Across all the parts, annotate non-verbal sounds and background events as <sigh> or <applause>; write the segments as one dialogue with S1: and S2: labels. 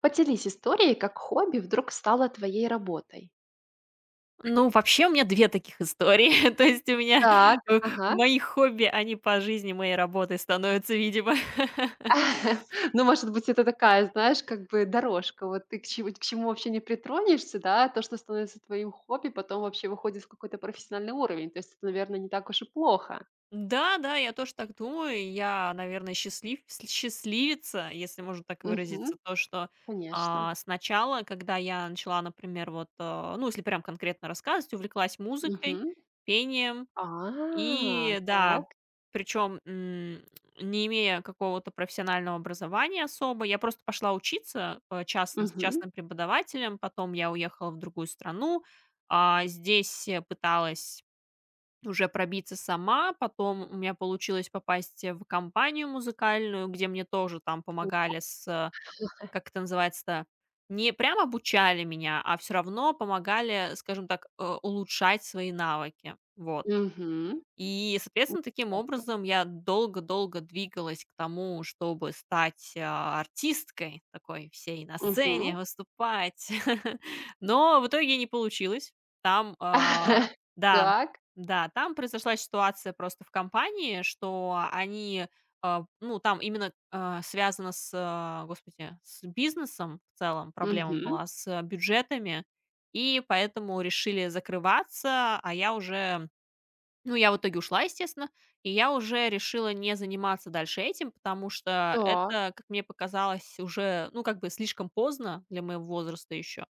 S1: Поделись историей, как хобби вдруг стало твоей работой.
S2: Ну, вообще у меня 2 таких истории. <laughs> То есть у меня,
S1: Так,
S2: э,
S1: ага.
S2: мои хобби, они по жизни моей работой становятся, видимо. <laughs>
S1: <laughs> Ну, может быть, это такая, знаешь, как бы дорожка. Вот ты к чему вообще не притронешься, да, то, что становится твоим хобби, потом вообще выходит в какой-то профессиональный уровень. То есть это, наверное, не так уж и плохо.
S2: Да, да, я тоже так думаю. Я, наверное, счастливица, если можно так
S1: Мгм.
S2: выразиться. То, что,
S1: Конечно.
S2: сначала, когда я начала, например, вот, ну, если прям конкретно рассказывать, увлеклась музыкой,
S1: Мгм.
S2: пением.
S1: А,
S2: И да,
S1: так.
S2: причем, не имея какого-то профессионального образования особо, я просто пошла учиться, частно, с
S1: Мгм.
S2: частным преподавателем, потом я уехала в другую страну, здесь, пыталась уже пробиться сама. Потом у меня получилось попасть, в компанию музыкальную, где мне тоже там помогали с, как это называется-то, не прям обучали меня, а все равно помогали, скажем так, улучшать свои навыки. Вот.
S1: Мгм.
S2: И, соответственно, таким
S1: Интересно.
S2: образом я долго-долго двигалась к тому, чтобы стать, артисткой такой всей на
S1: Мгм.
S2: сцене, выступать. <laughs> Но в итоге не получилось. Там, а,
S1: <laughs>
S2: да,
S1: Так.
S2: да, там произошла ситуация просто в компании, что они, а, ну, там именно, а, связано с, а, господи, с бизнесом в целом проблема
S1: Мгм.
S2: была, с а, бюджетами, и поэтому решили закрываться, а я уже ну, я в итоге ушла, естественно, и я уже решила не заниматься дальше этим, потому что
S1: Так.
S2: это, как мне показалось, уже, ну, как бы слишком поздно для моего возраста еще.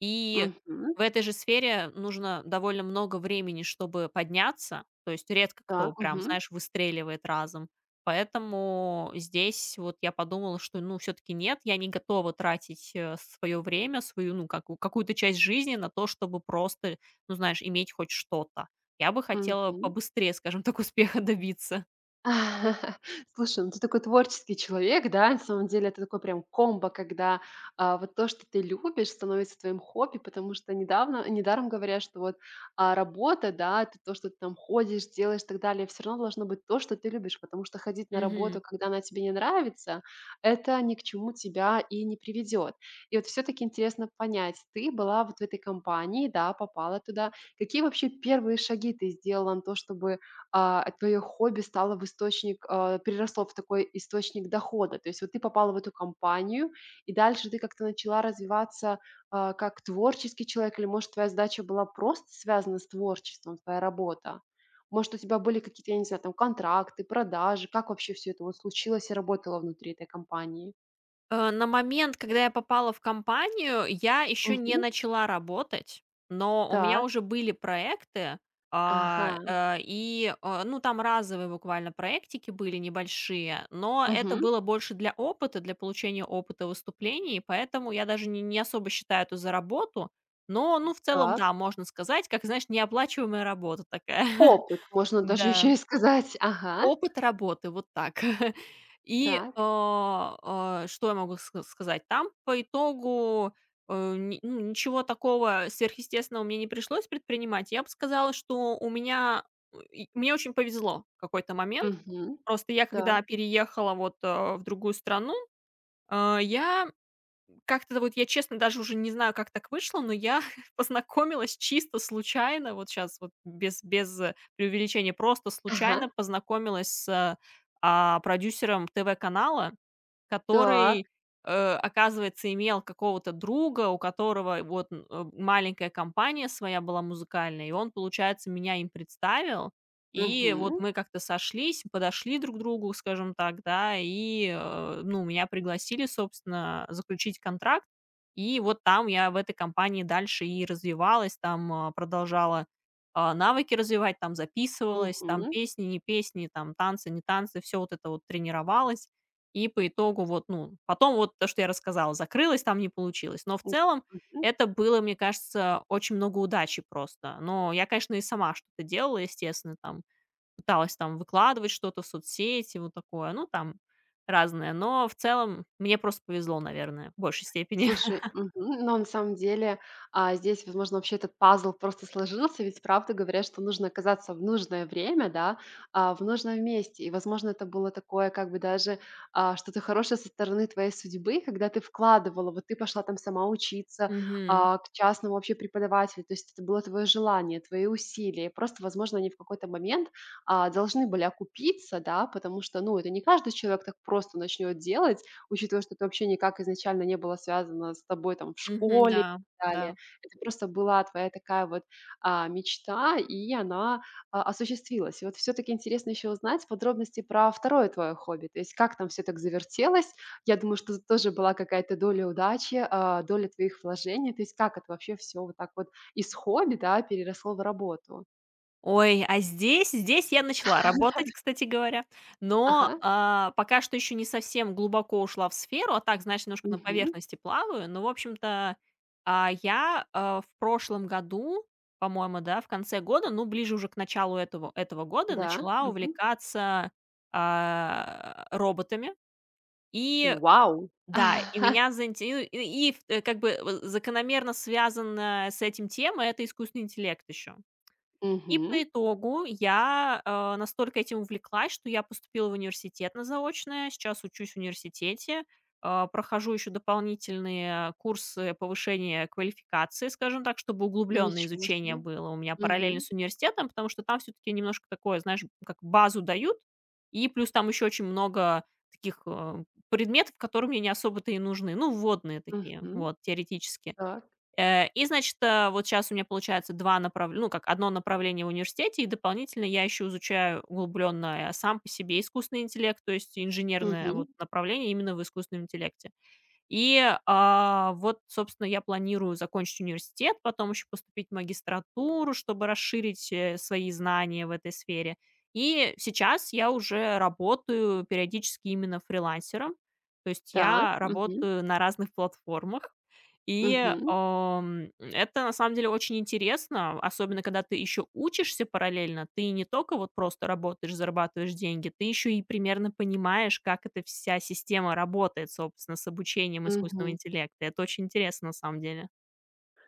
S2: И
S1: Мгм.
S2: в этой же сфере нужно довольно много времени, чтобы подняться. То есть редко
S1: Да.
S2: кто прям,
S1: Мгм.
S2: знаешь, выстреливает разом. Поэтому здесь вот я подумала, что, ну, все-таки нет, я не готова тратить свое время, свою, ну, как, какую-то часть жизни на то, чтобы просто, ну, знаешь, иметь хоть что-то. Я бы хотела
S1: Мгм.
S2: побыстрее, скажем так, <laughs> успеха добиться.
S1: <laughs> Слушай, ну ты такой творческий человек, да, на самом деле это такой прям комбо, когда вот то, что ты любишь, становится твоим хобби, потому что недавно, недаром говорят, что вот работа, да, это то, что ты там ходишь, делаешь и так далее, все равно должно быть то, что ты любишь, потому что ходить на работу,
S2: Мгм.
S1: когда она тебе не нравится, это ни к чему тебя и не приведет. И вот все-таки интересно понять, ты была вот в этой компании, да, попала туда, какие вообще первые шаги ты сделала на то, чтобы твое хобби стало в источник, э, переросло в такой источник дохода. То есть вот ты попала в эту компанию, и дальше ты как-то начала развиваться как творческий человек, или, может, твоя задача была просто связана с творчеством, твоя работа? Может, у тебя были какие-то, я не знаю, там контракты, продажи? Как вообще все это вот случилось и работало внутри этой компании?
S2: На момент, когда я попала в компанию, я еще не
S1: Мгм.
S2: начала работать, но у меня
S1: Так.
S2: уже были проекты,
S1: Ага.
S2: ну, там разовые буквально проектики были небольшие, но это
S1: Мгм.
S2: было больше для опыта, для получения опыта выступлений, поэтому я даже не особо считаю это за работу, но, ну, в целом,
S1: Так.
S2: да, можно сказать, как, знаешь, неоплачиваемая работа такая. <laughs>
S1: Опыт, можно даже <laughs>
S2: Да.
S1: еще и сказать. Ага.
S2: Опыт работы, вот так. <laughs> И,
S1: Так.
S2: а, что я могу сказать? Там по итогу, э, ни ну, ничего такого сверхъестественного мне не пришлось предпринимать. Я бы сказала, что у меня, и мне очень повезло в какой-то момент.
S1: Мгм.
S2: Просто я,
S1: Так.
S2: когда переехала вот, в другую страну, я как-то вот я, честно, даже уже не знаю, как так вышло, но я <laughs> познакомилась чисто случайно, вот сейчас вот без преувеличения, просто
S1: Ага.
S2: случайно познакомилась с, продюсером ТВ-канала.
S1: Так.
S2: Который, оказывается, имел какого-то друга, у которого вот, маленькая компания своя была музыкальная, и он, получается, меня им представил. И вот
S1: Мгм,
S2: мы как-то сошлись, подошли друг к другу, скажем так, да, и, ну, меня пригласили, собственно, заключить контракт. И вот там я в этой компании дальше и развивалась, там, продолжала, навыки развивать, там записывалась, там
S1: мгм,
S2: песни, не песни, там танцы, не танцы, все вот это вот тренировалась. И по итогу вот, ну, потом вот то, что я рассказала, закрылось, там не получилось. Но в
S1: м,
S2: целом
S1: мгм.
S2: это было, мне кажется, очень много удачи просто. Но я, конечно, и сама что-то делала, естественно, там пыталась там выкладывать что-то в соцсети, вот такое, ну, там разное. Но в целом мне просто повезло, наверное, в большей степени.
S1: Слушай, мгм, но на самом деле, здесь, возможно, вообще этот пазл просто сложился, ведь правда говорят, что нужно оказаться в нужное время, да, в нужном месте. И, возможно, это было такое, как бы даже что-то хорошее со стороны твоей судьбы, когда ты вкладывала, вот ты пошла там сама
S2: <laughs>
S1: учиться
S2: Мгм.
S1: к частному вообще преподавателю, то есть это было твое желание, твои усилия. Просто, возможно, они в какой-то момент должны были окупиться, да, потому что, ну, это не каждый человек так просто начнет делать, учитывая, что это вообще никак изначально не было связано с тобой там в
S2: Мгм.
S1: школе и
S2: Да,
S1: так далее.
S2: да.
S1: Это просто была твоя такая вот, мечта, и она, осуществилась. И вот все таки интересно еще узнать подробности про второе твое хобби. То есть как там все так завертелось? Я думаю, что тут тоже была какая-то доля удачи, доля твоих вложений. То есть как это вообще все вот так вот из хобби, да, переросло в работу?
S2: Ой, а здесь я начала работать, кстати говоря, но,
S1: Ага.
S2: а, пока что еще не совсем глубоко ушла в сферу, а так, знаешь, немножко на
S1: Мгм.
S2: поверхности плаваю. Но, в общем-то, я, в прошлом году, по-моему, да, в конце года, ну, ближе уже к началу этого года
S1: Да.
S2: начала
S1: Мгм.
S2: увлекаться, роботами. И
S1: Вау!
S2: да, и
S1: <laughs>
S2: меня заинте и, э, как бы, закономерно связанная с этим тема- это искусственный интеллект еще. И
S1: Мгм.
S2: по итогу я, настолько этим увлеклась, что я поступила в университет на заочное, сейчас учусь в университете, прохожу еще дополнительные курсы повышения квалификации, скажем так, чтобы углубленное
S1: Ничего
S2: изучение
S1: себе.
S2: было у меня параллельно
S1: Мгм.
S2: с университетом, потому что там все-таки немножко такое, знаешь, как базу дают, и плюс там еще очень много таких предметов, которые мне не особо-то и нужны, ну, вводные такие,
S1: Мгм.
S2: вот, теоретически.
S1: Так.
S2: Значит, вот сейчас у меня получается 2 направ ну, как одно направление в университете, и дополнительно я еще изучаю углубленно, сам по себе искусственный интеллект, то есть инженерное
S1: Мгм.
S2: вот направление именно в искусственном интеллекте. И, вот, собственно, я планирую закончить университет, потом еще поступить в магистратуру, чтобы расширить, свои знания в этой сфере. И сейчас я уже работаю периодически именно фрилансером, то есть
S1: Так.
S2: я
S1: Мгм.
S2: работаю на разных платформах. И,
S1: Мгм.
S2: это на самом деле очень интересно, особенно когда ты еще учишься параллельно. Ты не только вот просто работаешь, зарабатываешь деньги, ты еще и примерно понимаешь, как эта вся система работает, собственно, с обучением искусственного
S1: Мгм.
S2: интеллекта. Это очень интересно на самом деле.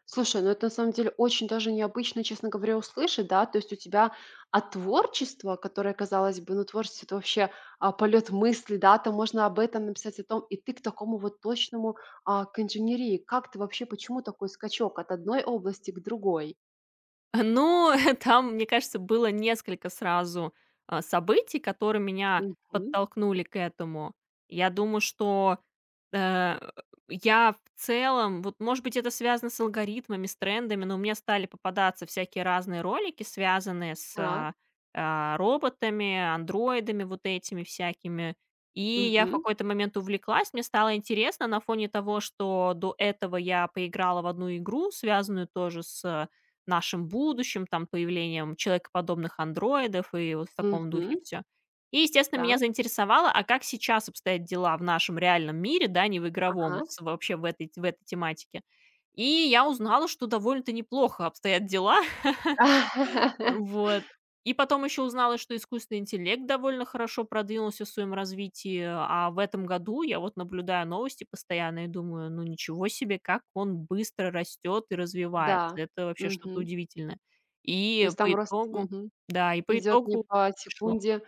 S1: Слушай, ну это на самом деле очень даже необычно, честно говоря, услышать, да. То есть у тебя от творчества, которое, казалось бы, ну, творчество- это вообще, полет мысли, да, там можно об этом написать, о том, и ты к такому вот точному, к инженерии. Как ты вообще, почему такой скачок от одной области к другой?
S2: Ну, <laughs> там, мне кажется, было несколько сразу, событий, которые меня
S1: Мгм.
S2: подтолкнули к этому. Я думаю, что Э, я в целом, вот, может быть, это связано с алгоритмами, с трендами, но мне стали попадаться всякие разные ролики, связанные с,
S1: Так.
S2: роботами, андроидами вот этими всякими. И я в
S1: Мгм.
S2: какой-то момент увлеклась, мне стало интересно на фоне того, что до этого я поиграла в одну игру, связанную тоже с нашим будущим, там, появлением человекоподобных андроидов и вот в таком
S1: Мгм.
S2: духе все. И, естественно, меня
S1: Так.
S2: заинтересовало, а как сейчас обстоят дела в нашем реальном мире, да, не в
S1: Ага.
S2: игровом, с вообще в этой тематике. И я узнала, что довольно-то неплохо обстоят дела. <laughs>
S1: <laughs>
S2: Вот. И потом еще узнала, что искусственный интеллект довольно хорошо продвинулся в своем развитии, а в этом году я вот наблюдаю новости постоянно и думаю, ну ничего себе, как он быстро растет и развивается.
S1: Да.
S2: Это вообще
S1: Мгм.
S2: что-то удивительное.
S1: То
S2: И
S1: есть там
S2: по
S1: рост
S2: итогу,
S1: мгм.
S2: да, и по
S1: Идет не
S2: итогу
S1: по
S2: пришло.
S1: секунде,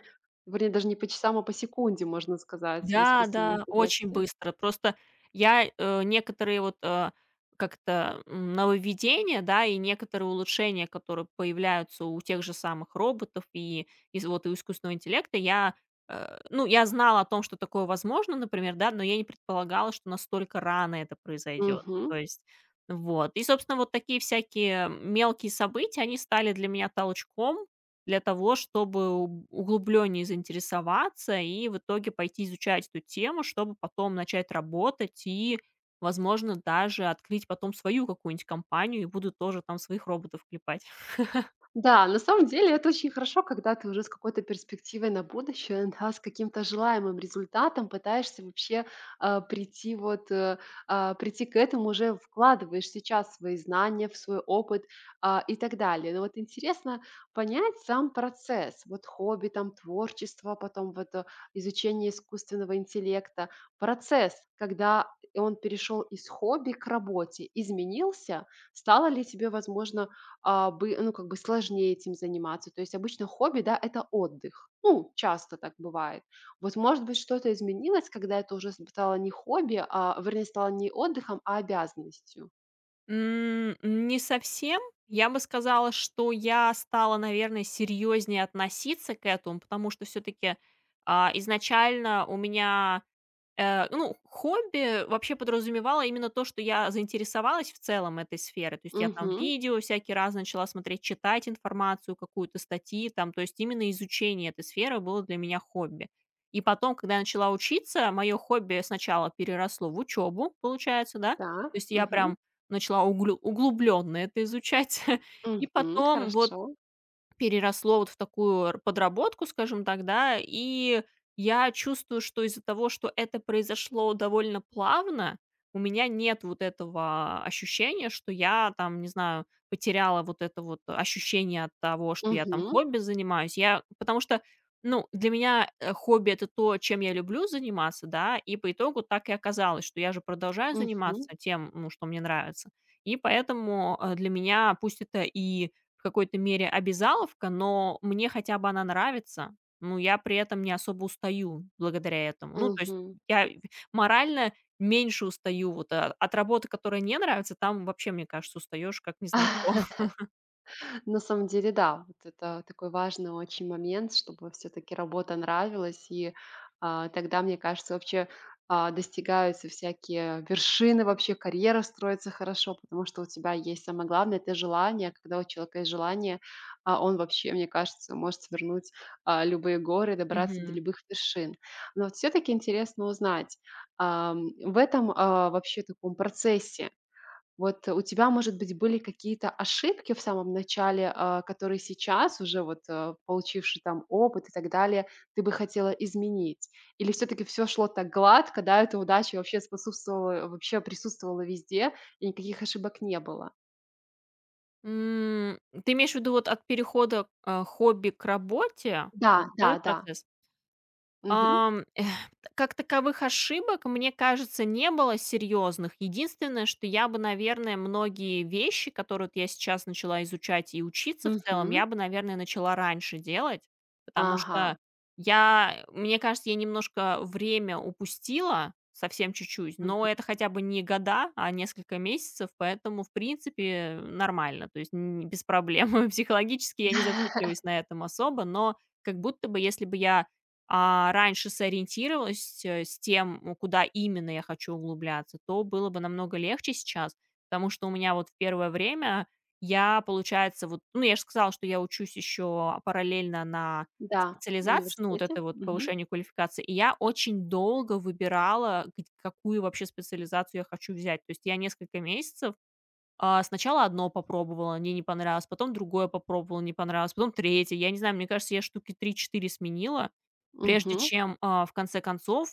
S1: вернее, даже не по часам, а по секунде, можно сказать, в
S2: Да,
S1: искусственном
S2: да, очень
S1: интеллекте.
S2: быстро. Просто я, некоторые вот, нововведения, да, и некоторые улучшения, которые появляются у тех же самых роботов и из вот и у искусственного интеллекта, я, ну, я знала о том, что такое возможно, например, да, но я не предполагала, что настолько рано это произойдет.
S1: Мгм.
S2: То есть вот. И, собственно, вот такие всякие мелкие события, они стали для меня толчком, для того, чтобы углублённее заинтересоваться и в итоге пойти изучать эту тему, чтобы потом начать работать и, возможно, даже открыть потом свою какую-нибудь компанию и буду тоже там своих роботов клепать.
S1: Да, на самом деле это очень хорошо, когда ты уже с какой-то перспективой на будущее, да, с каким-то желаемым результатом пытаешься вообще а, прийти вот э, а, прийти к этому уже вкладываешь сейчас свои знания, в свой опыт и так далее. Но вот интересно понять сам процесс, вот хобби, там творчество, потом вот изучение искусственного интеллекта, процесс, когда он перешел из хобби к работе, изменился, стало ли тебе, возможно, как бы сложнее этим заниматься. То есть обычно хобби, да, это отдых. Ну, часто так бывает. Вот, может быть, что-то изменилось, когда это уже стало не хобби, а, вернее, стало не отдыхом, а обязанностью.
S2: М, не совсем. Я бы сказала, что я стала, наверное, серьезнее относиться к этому, потому что все-таки изначально у меня ну, хобби вообще подразумевало именно то, что я заинтересовалась в целом этой сферой. То есть я там
S1: Мгм.
S2: видео всякий раз начала смотреть, читать информацию какую-то, статьи там. То есть именно изучение этой сферы было для меня хобби. И потом, когда я начала учиться, мое хобби сначала переросло в учебу, получается, да. То
S1: Так.
S2: есть я
S1: Мгм.
S2: прям начала углубленно это изучать. <laughs> И
S1: Мгм.
S2: потом вот
S1: Хорошо.
S2: переросло вот в такую подработку, скажем так, да. И я чувствую, что из-за того, что это произошло довольно плавно, у меня нет вот этого ощущения, что я там, не знаю, потеряла вот это вот ощущение от того, что я там
S1: Мгм.
S2: хобби занимаюсь. Я потому что, ну, для меня, хобби — это то, чем я люблю заниматься, да, и по итогу так и оказалось, что я же продолжаю
S1: Мгм.
S2: заниматься тем, ну, что мне нравится. И поэтому, для меня, пусть это и в какой-то мере обязаловка, но мне хотя бы она нравится. Ну, я при этом не особо устаю благодаря этому. Ну, то есть
S1: Мгм.
S2: я морально меньше устаю вот от работы, которая не нравится. Там вообще, мне кажется, устаешь как не знаю кто. <laughs>
S1: <laughs> На самом деле, да, вот это такой важный очень момент, чтобы все-таки работа нравилась, и тогда, мне кажется, вообще достигаются всякие вершины, вообще карьера строится хорошо, потому что у тебя есть самое главное, это желание. Когда у человека есть желание, он вообще, мне кажется, может свернуть любые горы, добраться до
S2: Мгм.
S1: любых вершин. Но вот все-таки интересно узнать, в этом вообще таком процессе, вот у тебя, может быть, были какие-то ошибки в самом начале, которые сейчас уже вот, получивши там опыт и так далее, ты бы хотела изменить? Или все таки все шло так гладко, да, эта удача вообще способствовала вообще присутствовала везде и никаких ошибок не было?
S2: М, ты имеешь в виду вот от перехода, а, хобби к работе?
S1: Да,
S2: Вот
S1: да,
S2: этот
S1: да.
S2: процесс?
S1: Мгм.
S2: Ам, эх, как таковых ошибок, мне кажется, не было серьезных. Единственное, что я бы, наверное, многие вещи, которые вот я сейчас начала изучать и учиться в целом,
S1: Мгм.
S2: я бы, наверное, начала раньше делать, потому
S1: Ага.
S2: что я, мне кажется, я немножко время упустила, совсем чуть-чуть, но
S1: Мгм.
S2: это хотя бы не года, а несколько месяцев, поэтому, в принципе, нормально, то есть без проблем. <laughs> Психологически я не
S1: <laughs>
S2: зацикливаюсь на этом особо, но как будто бы, если бы я раньше сориентировалась, с тем, ну, куда именно я хочу углубляться, то было бы намного легче сейчас, потому что у меня вот в первое время я, получается, вот, ну, я же сказала, что я учусь еще параллельно на
S1: Да, в
S2: специализации, ну, вот
S1: университете.
S2: это вот
S1: Мгм.
S2: повышение квалификации, и я очень долго выбирала, какую вообще специализацию я хочу взять. То есть я несколько месяцев сначала одно попробовала, мне не понравилось, потом другое попробовала, не понравилось, потом третье. Я не знаю, мне кажется, я штуки три-четыре сменила, прежде
S1: Мгм.
S2: чем, в конце концов,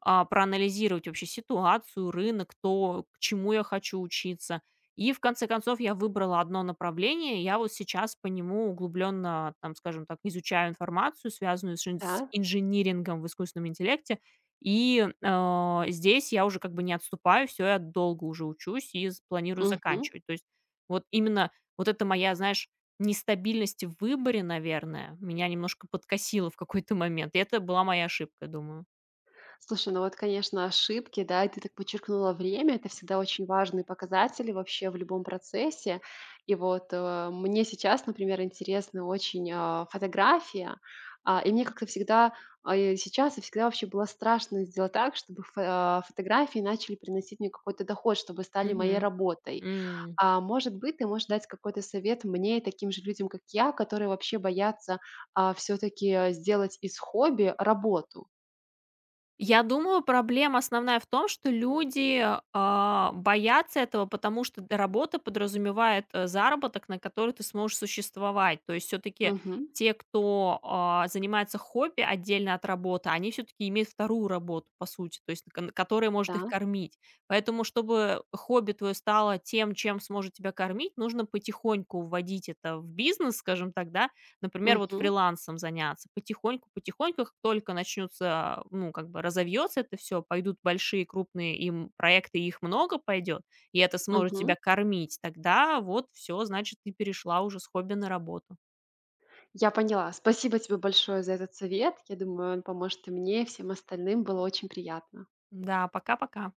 S2: проанализировать вообще ситуацию, рынок, то, к чему я хочу учиться. И в конце концов я выбрала одно направление. Я вот сейчас по нему углубленно, там, скажем так, изучаю информацию, связанную с инж с
S1: Да.
S2: инжинирингом в искусственном интеллекте. И, здесь я уже как бы не отступаю, все я долго уже учусь и з планирую
S1: Мгм.
S2: заканчивать. То есть вот именно вот эта моя, знаешь, нестабильность в выборе, наверное, меня немножко подкосила в какой-то момент. И это была моя ошибка, думаю.
S1: Слушай, ну вот, конечно, ошибки, да, и ты так подчеркнула время, это всегда очень важные показатели вообще в любом процессе. И вот мне сейчас, например, интересна очень фотография, А, и мне как-то всегда, и сейчас и всегда вообще было страшно сделать так, чтобы фотографии начали приносить мне какой-то доход, чтобы стали моей
S2: Мгм.
S1: работой.
S2: М.
S1: А может быть, ты можешь дать какой-то совет мне и таким же людям, как я, которые вообще боятся все-таки сделать из хобби работу.
S2: Я думаю, проблема основная в том, что люди, боятся этого, потому что д работа подразумевает, заработок, на который ты сможешь существовать. То есть все таки
S1: Мгм.
S2: те, кто, занимается хобби отдельно от работы, они все таки имеют вторую работу, по сути, то есть кон которая может их
S1: Да.
S2: кормить. Поэтому, чтобы хобби твое стало тем, чем сможет тебя кормить, нужно потихоньку вводить это в бизнес, скажем так, да. Например, вот
S1: Мгм,
S2: фрилансом заняться. Потихоньку, потихоньку, как только начнутся, ну, как бы разовьется это все, пойдут большие крупные им проекты, их много пойдет, и это сможет
S1: мгм.
S2: тебя кормить, тогда вот все, значит, ты перешла уже с хобби на работу.
S1: Я поняла. Спасибо тебе большое за этот совет. Я думаю, он поможет и мне, и всем остальным. Было очень приятно.
S2: Да, пока-пока.